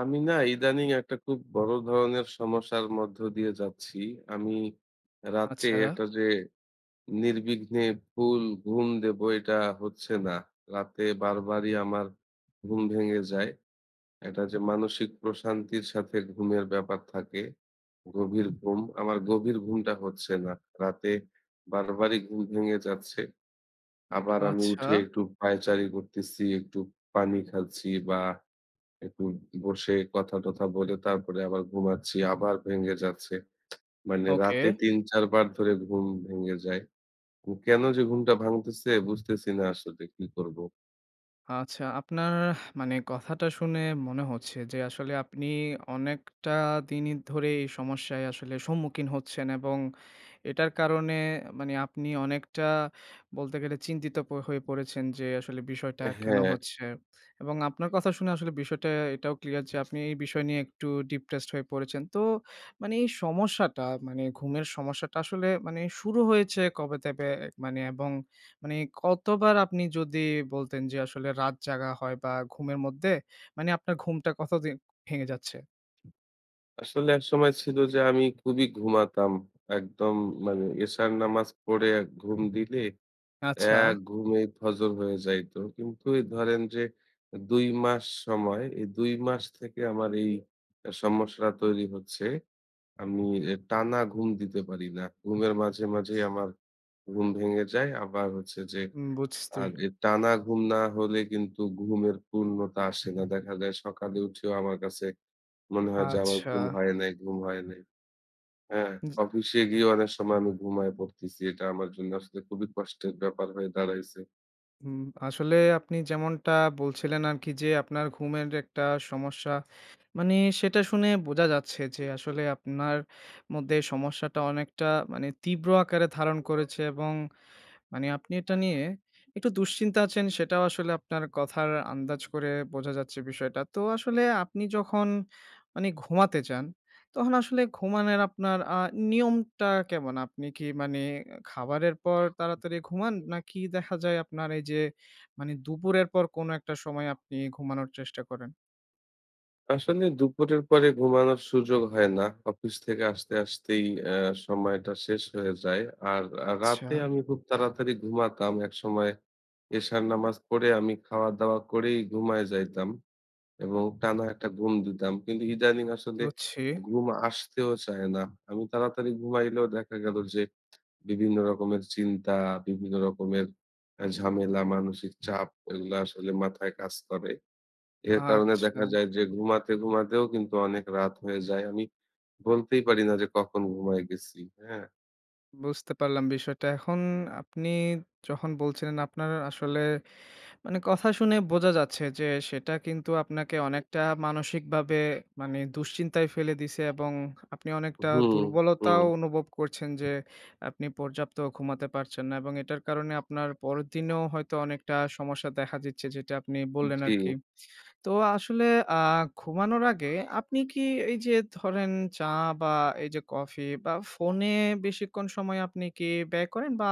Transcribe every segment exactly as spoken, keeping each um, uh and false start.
আমি না ইদানিং একটা খুব বড় ধরনের সমস্যার মধ্য দিয়ে যাচ্ছি। আমি রাতে আচ্ছা, একটা যে নির্বিঘ্নে ফুল ঘুম দেব এটা হচ্ছে না। রাতে বারবারই আমার ঘুম ভেঙে যায়। একটা যে মানসিক প্রশান্তির সাথে ঘুমের ব্যাপার থাকে, গভীর ঘুম। আমার গভীর ঘুমটা হচ্ছে না। রাতে বারবারই ঘুম ভেঙে যাচ্ছে। আবার আমি আচ্ছা, উঠে একটু পায়চারি করতেছি, একটু পানি খাচ্ছি বা একটু বসে কথা টথা বলে তারপরে আবার ঘুমাচ্ছি। আবার ভেঙে যাচ্ছে। মানে ওকে। রাতে তিন চার বার ধরে ঘুম ভেঙে যায়। কেন যে ঘুমটা ভাঙতেছে বুঝতেছি না, আসলে কি করব? আচ্ছা, আপনার মানে কথাটা শুনে মনে হচ্ছে যে আসলে আপনি অনেকটা দিনই ধরে এই সমস্যায় আসলে সম্মুখীন হচ্ছেন, এবং এটার কারণে মানে আপনি অনেকটা বলতে গেলে চিন্তিত প হয়ে পড়েছেন যে আসলে বিষয়টা কেন হ্যাঁ, হচ্ছে? এবং আপনার কথা শুনে আসলে বিষয়টা এটাও ক্লিয়ার যে আপনি এই বিষয় নিয়ে একটু ডিপ্রেসড হয়ে পড়েছেন। তো মানে এই সমস্যাটা মানে ঘুমের সমস্যাটা আসলে মানে শুরু হয়েছে কবে থেকে? মানে এবং মানে কতবার আপনি যদি বলতেন যে আসলে রাত জাগা হয় বা ঘুমের মধ্যে মানে আপনার ঘুমটা কতদিন ভেঙে যাচ্ছে? আসলে একসময় ছিল যে আমি খুবই ঘুমাতাম। একদম মানে এশার নামাজ পড়ে এক ঘুম দিলে আচ্ছা, এক ঘুমেই ফজর হয়ে যাইতো। কিন্তু এই ধরেন যে দুই মাস সময়, এই দুই মাস থেকে আমার এই সমস্যাটা তৈরি হচ্ছে। আমি এ টানা ঘুম দিতে পারি না। ঘুমের মাঝে, মাঝেই আমার ঘুম ভেঙে যায়। আবার হচ্ছে যে উম বুঝতে। আর এ টানা ঘুম না হলে কিন্তু ঘুমের পূর্ণতা আসে না। দেখা যায় সকালে উঠেও আমার কাছে মনে হয় যে আমার আচ্ছা। ঘুম হয় নাই, ঘুম হয় নাই। হ্যাঁ? জি। অফিসে গিয়ে অনেক সময় আমি ঘুমায় পড়তেছি। এটা আমার জন্য আসলে খুবই কষ্টের ব্যাপার হয়ে দাঁড়াইছে। উম আসলে আপনি যেমনটা বলছিলেন আরকি যে আপনার ঘুমের একটা সমস্যা। মানে সেটা শুনে বোঝা যাচ্ছে যে আসলে আপনার মধ্যে সমস্যাটা অনেকটা মানে তীব্র আকারে ধারণ করেছে, এবং মানে আপনি এটা নিয়ে একটু দুশ্চিন্তা আছেন, সেটাও আসলে আপনার কথার আন্দাজ করে বোঝা যাচ্ছে বিষয়টা। তো আসলে আপনি যখন মানে ঘুমাতে যান, তখন আসলে ঘুমানোর আপনার আ নিয়মটা কেমন? আপনি কি মানে খাবারের পর তাড়াতাড়ি ঘুমান? নাকি দেখা যায় আপনার এই যে মানে দুপুরের পর কোনো একটা সময় আপনি ঘুমানোর চেষ্টা করেন? আসলে দুপুরের পরে ঘুমানোর সুযোগ হয় না। অফিস থেকে আসতে, আসতেই অ্যা সময়টা শেষ হয়ে যায়। আর আ আচ্ছা, রাতে আমি খুব তাড়াতাড়ি ঘুমাতাম। একসময় এশার নামাজ পড়ে আমি খাওয়া-দাওয়া করেই ঘুমায় যাইতাম এবং টানা একটা ঘুম দিতাম। কিন্তু ইদানিং আসলে বুঝছি। ঘুম আসতেও চায় না। আমি তাড়াতাড়ি ঘুমাইলেও দেখা গেল যে বিভিন্ন রকমের চিন্তা, বিভিন্ন রকমের আ ঝামেলা, মানসিক চাপ এগুলা আসলে মাথায় কাজ করে। এর কারণে আচ্ছা, দেখা যায় যে ঘুমাতে, ঘুমাতেও কিন্তু অনেক রাত হয়ে যায়। আমি বলতেই পারি না যে কখন ঘুমায় গেছি। হ্যাঁ? বুঝতে পারলাম বিষয়টা। এখন আপনি যখন বলছিলেন আপনার আসলে মানে কথা শুনে বোঝা যাচ্ছে যে সেটা কিন্তু আপনাকে অনেকটা মানসিকভাবে মানে দুশ্চিন্তায় ফেলে দিছে, এবং আপনি অনেকটা হুম, হুম। দুর্বলতাও অনুভব করছেন যে আপনি পর্যাপ্ত ঘুমাতে পারছেন না, এবং এটার কারণে আপনার পরের দিনেও হয়তো অনেকটা সমস্যা দেখা দিচ্ছে যেটা আপনি বললেন জি। আর কি। তো আসলে আ ঘুমানোর আগে আপনি কি এই যে ধরেন চা বা এই যে কফি বা ফোনে বেশিক্ষণ সময় আপনি কি ব্যয় করেন? বা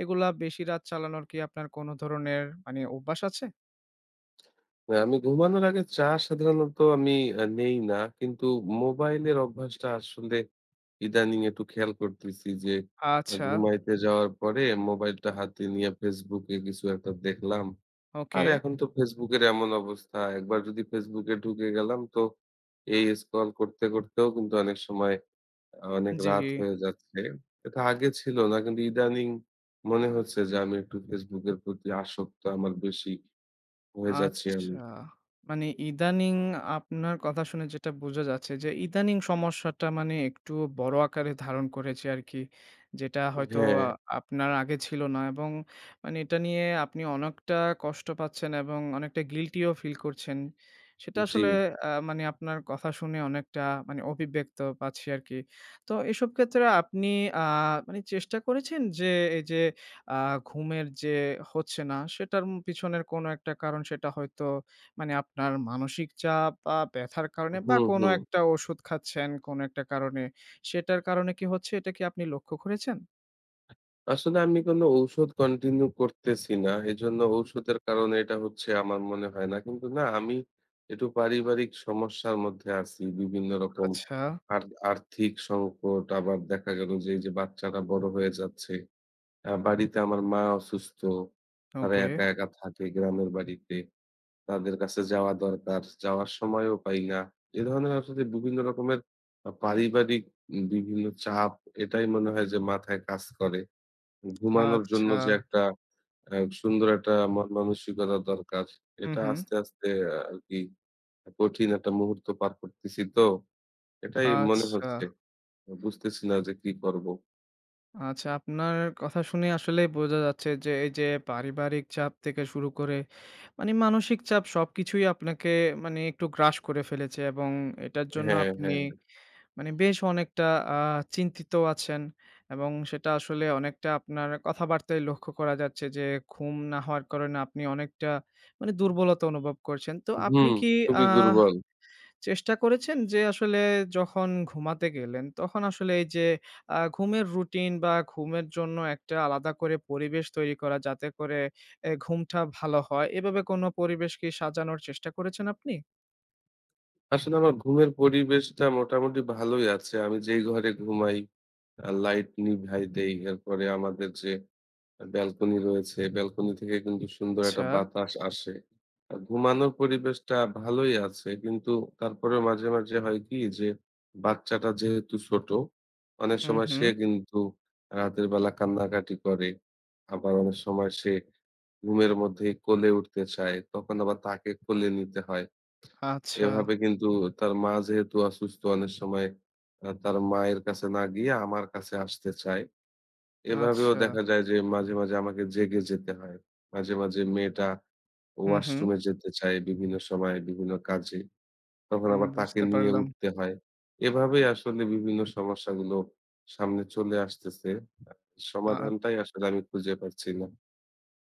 এগুলা বেশি রাত চালানোর কি আপনার কোনো ধরনের মানে অভ্যাস আছে? না, আমি ঘুমানোর আগে চা সাধারণত আমি আ নেই না। কিন্তু মোবাইলের অভ্যাসটা আসলে ইদানিং একটু খেয়াল করতেছি যে, আ আচ্ছা, ঘুমাইতে যাওয়ার পরে মোবাইলটা হাতে নিয়ে Facebook এ কিছু একটা দেখলাম। ওকে। আর এখন তো Facebook এর এমন অবস্থা, একবার যদি Facebook এ ঢুকে গেলাম তো এই স্ক্রল করতে, করতেও কিন্তু অনেক সময় আ অনেক জি। রাত হয়ে যাচ্ছে। এটা আগে ছিল না। কিন্তু ইদানিং মনে হচ্ছে যে আমি একটু Facebook এর প্রতি আসক্ত আমার বেশি হয়ে যাচ্ছি আচ্ছা। আমি। মানে ইদানিং আপনার কথা শুনে যেটা বোঝা যাচ্ছে যে ইদানিং সমস্যাটা মানে একটু বড় আকারে ধারণ করেছে আরকি। যেটা হয়তো হ্যাঁ। আ আপনার আগে ছিল না, এবং মানে এটা নিয়ে আপনি অনেকটা কষ্ট পাচ্ছেন এবং অনেকটা গিল্টিও ফিল করছেন। সেটা জি। আসলে আ মানে আপনার কথা শুনে অনেকটা মানে অভিব্যক্ত পাচ্ছি আরকি। তো এসব ক্ষেত্রে আপনি আ মানে চেষ্টা করেছেন যে এই যে আ ঘুমের যে হচ্ছে না সেটার উম পিছনের কোনো একটা কারণ সেটা হয়তো মানে আপনার মানসিক চাপ বা ব্যথার কারণে বা হুম, কোনো হুম। একটা ওষুধ খাচ্ছেন কোনো একটা কারণে। সেটার কারণে কি হচ্ছে এটা কি আপনি লক্ষ্য করেছেন? আসলে আমি কোন ঔষধ কন্টিনিউ করতেছি না। এজন্য ঔষধের কারণে এটা হচ্ছে আমার মনে হয় না। কিন্তু না, আমি একটু পারিবারিক সমস্যার মধ্যে আছি। বিভিন্ন রকম আচ্ছা, আর আর্থিক সংকট, আবার দেখা গেল যে এই যে বাচ্চাটা বড় হয়ে যাচ্ছে। আ বাড়িতে আমার মা অসুস্থ। তারা ওকে। একা, একা থাকে গ্রামের বাড়িতে। তাদের কাছে যাওয়া দরকার। যাওয়ার সময়ও পাই না। এ ধরনের আসলে বিভিন্ন রকমের আ পারিবারিক উম বিভিন্ন চাপ এটাই মনে হয় যে মাথায় কাজ করে। ঘুমানোর জন্য আচ্ছা। যে একটা অ্যা সুন্দর একটা মন মানসিকতা দরকার। হু, এটা হু। আস্তে, আস্তে আ আরকি কঠিন একটা মুহূর্ত পার করতেছি তো। এটাই মনে আচ্ছা, হচ্ছে। বুঝতেছি না যে কি করব? আচ্ছা, আপনার কথা শুনে আসলেই বোঝা যাচ্ছে যে এই যে পারিবারিক চাপ থেকে শুরু করে মানে মানসিক চাপ সবকিছুই আপনাকে মানে একটু গ্রাস করে ফেলেছে, এবং এটার জন্য হ্যাঁ, আপনি হ্যাঁ। মানে বেশ অনেকটা আ চিন্তিত আছেন, এবং সেটা আসলে অনেকটা আপনার কথাবার্তায় লক্ষ্য করা যাচ্ছে যে, ঘুম না হওয়ার কারণে আপনি অনেকটা মানে দুর্বলতা অনুভব করছেন। তো আপনি হুম, কি খুবই আহ দুর্বল। চেষ্টা করেছেন যে আসলে যখন ঘুমাতে গেলেন, তখন আসলে এই যে আ ঘুমের রুটিন বা ঘুমের জন্য একটা আলাদা করে পরিবেশ তৈরি করা যাতে করে এ ঘুমটা ভালো হয়, এভাবে কোনো পরিবেশ কি সাজানোর চেষ্টা করেছেন আপনি? আসলে আমার ঘুমের পরিবেশটা মোটামুটি ভালোই আছে। আমি যেই ঘরে ঘুমাই আ লাইট নিভাই দেই। এরপরে আমাদের যে আ ব্যালকনি রয়েছে, ব্যালকনি থেকে কিন্তু সুন্দর একটা আচ্ছা। বাতাস আসে। আ ঘুমানোর পরিবেশটা ভালোই আছে। কিন্তু তারপরেও মাঝে, মাঝে হয় কি যে বাচ্চাটা যেহেতু ছোট, অনেক হুম, সময় হুম। সে কিন্তু রাতের বেলা কান্নাকাটি করে। আবার অনেক সময় সে ঘুমের মধ্যেই কোলে উঠতে চায়, তখন আবার তাকে কোলে নিতে হয়। আচ্ছা, এভাবে কিন্তু তার মা যেহেতু অসুস্থ, অনেক সময় আ তার মায়ের কাছে না গিয়ে আমার কাছে আসতে চায়। এভাবেও আচ্ছা। দেখা যায় যে মাঝে, মাঝে আমাকে জেগে যেতে হয়। মাঝে, মাঝে মেয়েটা হুম, হুম। ওয়াশরুমে যেতে চায় বিভিন্ন সময়ে বিভিন্ন কাজে। তখন হুম, আবার তাকে বুঝতে নিয়ে পারলাম। উঠতে হয়। এভাবেই আসলে বিভিন্ন সমস্যাগুলো সামনে চলে আসতেছে। আ সমাধানটাই আসলে আমি খুঁজে পাচ্ছি না।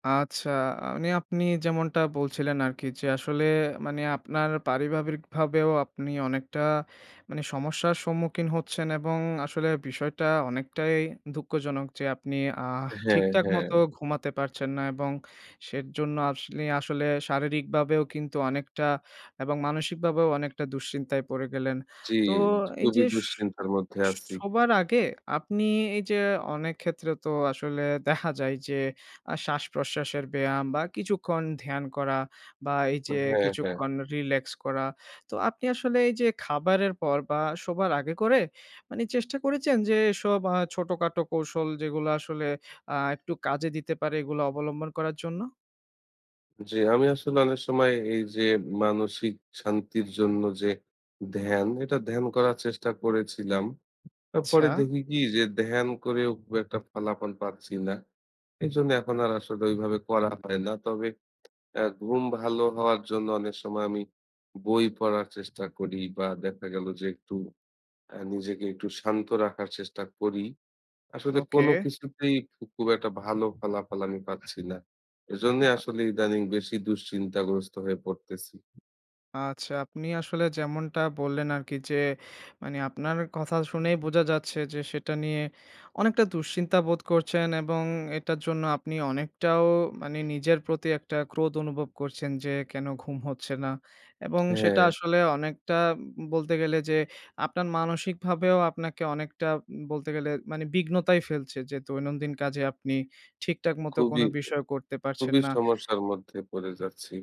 আচ্ছা, মানে আপনি যেমনটা বলছিলেন আরকি যে আসলে মানে আপনার পারিবারিকভাবেও আপনি অনেকটা মানে সমস্যার সম্মুখীন হচ্ছেন, এবং আসলে বিষয়টা অনেকটাই দুঃখজনক যে আপনি আহ হ্যাঁ, ঠিকঠাক হ্যাঁ। মতো ঘুমাতে পারছেন না, এবং সেজন্য আপনি আসলে শারীরিকভাবেও কিন্তু অনেকটা এবং মানসিকভাবেও অনেকটা দুশ্চিন্তায় পড়ে গেলেন। জি, তো এই খুবই যে দুশ্চিন্তার মধ্যে আছি। সবার আগে আপনি এই যে অনেক ক্ষেত্রে তো আসলে দেখা যায় যে আ শ্বাসপ্রশ্বাসের ব্যায়াম বা কিছুক্ষণ ধ্যান করা বা এই যে হ্যাঁ, হ্যাঁ। কিছুক্ষণ রিল্যাক্স করা। তো আপনি আসলে এই যে খাবারের পর বা শোবার আগে করে মানে চেষ্টা করেছেন যে এসব আ ছোটখাটো কৌশল যেগুলো আসলে আ একটু কাজে দিতে পারে এগুলো অবলম্বন করার জন্য? জি, আমি আসলে অনেক সময় এই যে মানসিক শান্তির জন্য যে ধ্যান, এটা ধ্যান করার চেষ্টা করেছিলাম। আচ্ছা, তারপরে দেখি কি যে ধ্যান করেও খুব একটা ফলাফল পাচ্ছি না। এজন্য এখন আর আসলে ওইভাবে করা হয় না। তবে অ্যা ঘুম ভালো হওয়ার জন্য অনেক সময় আমি বই পড়ার চেষ্টা করি বা দেখা গেল যে একটু অ্যা নিজেকে একটু শান্ত রাখার চেষ্টা করি। আসলে ওকে। কোনো কিছুতেই খু খুব একটা ভালো ফলাফল আমি পাচ্ছি না। এজন্যে আ আসলে ইদানিং বেশি দুশ্চিন্তাগ্রস্ত হয়ে পড়তেছি। আচ্ছা, আপনি আসলে যেমনটা বললেন আরকি যে, মানে আপনার কথা শুনেই বোঝা যাচ্ছে যে, সেটা নিয়ে অনেকটা দুশ্চিন্তা বোধ করছেন, এবং এটার জন্য আপনি অনেকটাও মানে নিজের প্রতি একটা ক্রোধ অনুভব করছেন যে, কেন ঘুম হচ্ছে না? এবং সেটা হ্যাঁ, আসলে অনেকটা বলতে গেলে যে, আপনার মানসিকভাবেও আপনাকে অনেকটা বলতে গেলে মানে বিঘ্নতায় ফেলছে যে, দৈনন্দিন কাজে আপনি ঠিকঠাক মতো খুবই, কোনো বিষয় করতে পারছেন খুবই না। সমস্যার মধ্যে পড়ে যাচ্ছি।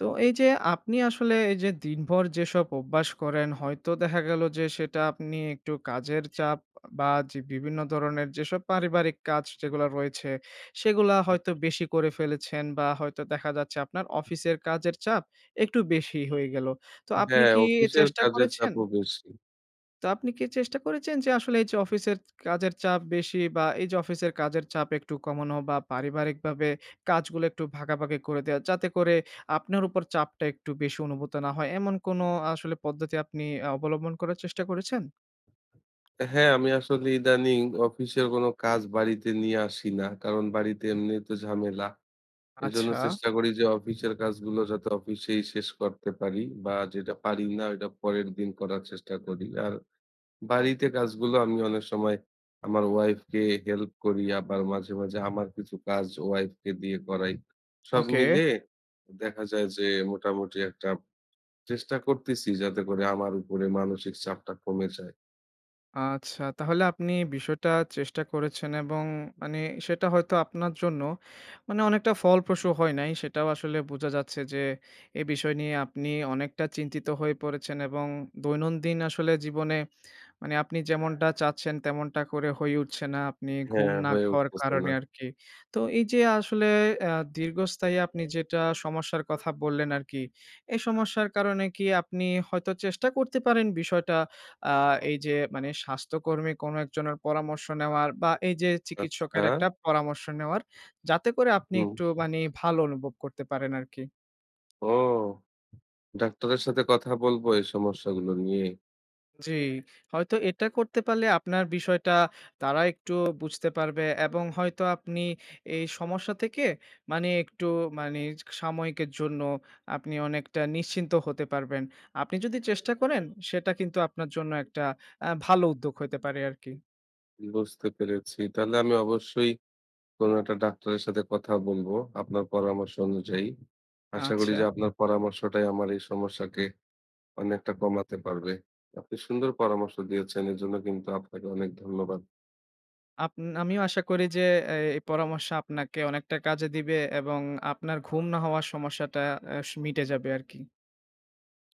তো এই যে আপনি আসলে এই যে দিনভর যেসব অভ্যাস করেন হয়তো দেখা গেল যে সেটা আপনি একটু কাজের চাপ বা যে বিভিন্ন ধরনের যেসব পারিবারিক কাজ যেগুলো রয়েছে সেগুলা হয়তো বেশি করে ফেলেছেন, বা হয়তো দেখা যাচ্ছে আপনার অফিসের কাজের চাপ একটু বেশি হয়ে গেল। তো আপনি হ্যাঁ, কি অফিসের চেষ্টা কাজের করেছেন? চাপও বেশি। তো আপনি কি চেষ্টা করেছেন যে আসলে এই যে অফিসের কাজের চাপ বেশি বা এই যে অফিসের কাজের চাপ একটু কমানো বা পারিবারিকভাবে কাজগুলো একটু ভাগাভাগি করে দেওয়া যাতে করে আপনার উপর চাপটা একটু বেশি অনুভূত না হয়, এমন কোনো আসলে পদ্ধতি আপনি আ অবলম্বন করার চেষ্টা করেছেন? হ্যাঁ, আমি আসলে ইদানিং অফিসের কোনো কাজ বাড়িতে নিয়ে আসি না। কারণ বাড়িতে এমনিই তো ঝামেলা। এজন্য আচ্ছা, চেষ্টা করি যে অফিসের কাজগুলো যাতে অফিসেই শেষ করতে পারি বা যেটা পারি না ওইটা পরের দিন করার চেষ্টা করি। আর বাড়িতে কাজগুলো আমি অনেক সময় আমার ওয়াইফকে হেল্প করি। আবার মাঝে, মাঝে আমার কিছু কাজ ওয়াইফকে দিয়ে করাই। সব ওকে। মিলে দেখা যায় যে মোটামুটি একটা চেষ্টা করতেছি যাতে করে আমার উপরে মানসিক চাপটা কমে যায়। আচ্ছা, তাহলে আপনি বিষয়টা চেষ্টা করেছেন, এবং মানে সেটা হয়তো আপনার জন্য মানে অনেকটা ফলপ্রসূ হয় নাই। সেটাও আসলে বোঝা যাচ্ছে যে এ বিষয় নিয়ে আপনি অনেকটা চিন্তিত হয়ে পড়েছেন, এবং দৈনন্দিন আসলে জীবনে মানে আপনি যেমনটা চাচ্ছেন তেমনটা করে হয়ে উঠছে না। আপনি ঘুম হ্যাঁ, না হয়ে হওয়ার উঠতেছে না। কারণে আরকি। তো এই যে আসলে আ দীর্ঘস্থায়ী আপনি যেটা সমস্যার কথা বললেন আরকি। এই সমস্যার কারণে কি আপনি হয়তো চেষ্টা করতে পারেন বিষয়টা, আ এই যে মানে স্বাস্থ্যকর্মী কোনো একজনের পরামর্শ নেওয়ার বা এই যে চিকিৎসকের আচ্ছা, একটা পরামর্শ নেওয়ার, যাতে করে আপনি হুম। একটু মানে ভালো অনুভব করতে পারেন আরকি। ও! ডাক্তারের সাথে কথা বলবো এই সমস্যাগুলো নিয়ে। জি, হয়তো এটা করতে পারলে আপনার বিষয়টা তারা একটু বুঝতে পারবে, এবং হয়তো আপনি এই সমস্যা থেকে মানে একটু মানে সাময়িকের জন্য আপনি অনেকটা নিশ্চিন্ত হতে পারবেন। আপনি যদি চেষ্টা করেন সেটা কিন্তু আপনার জন্য একটা আ ভালো উদ্যোগ হতে পারে আরকি। বুঝতে পেরেছি। তাহলে আমি অবশ্যই কোনো একটা ডাক্তারের সাথে কথা বলবো আপনার পরামর্শ অনুযায়ী। আশা করি আচ্ছা। যে আপনার পরামর্শটাই আমার এই সমস্যাকে অনেকটা কমাতে পারবে। আপনি সুন্দর পরামর্শ দিয়েছেন। এজন্য কিন্তু আপনাকে অনেক ধন্যবাদ। আপ আমিও আশা করি যে এ এই পরামর্শ আপনাকে অনেকটা কাজে দিবে, এবং আপনার ঘুম না হওয়ার সমস্যাটা আ মিটে যাবে আরকি।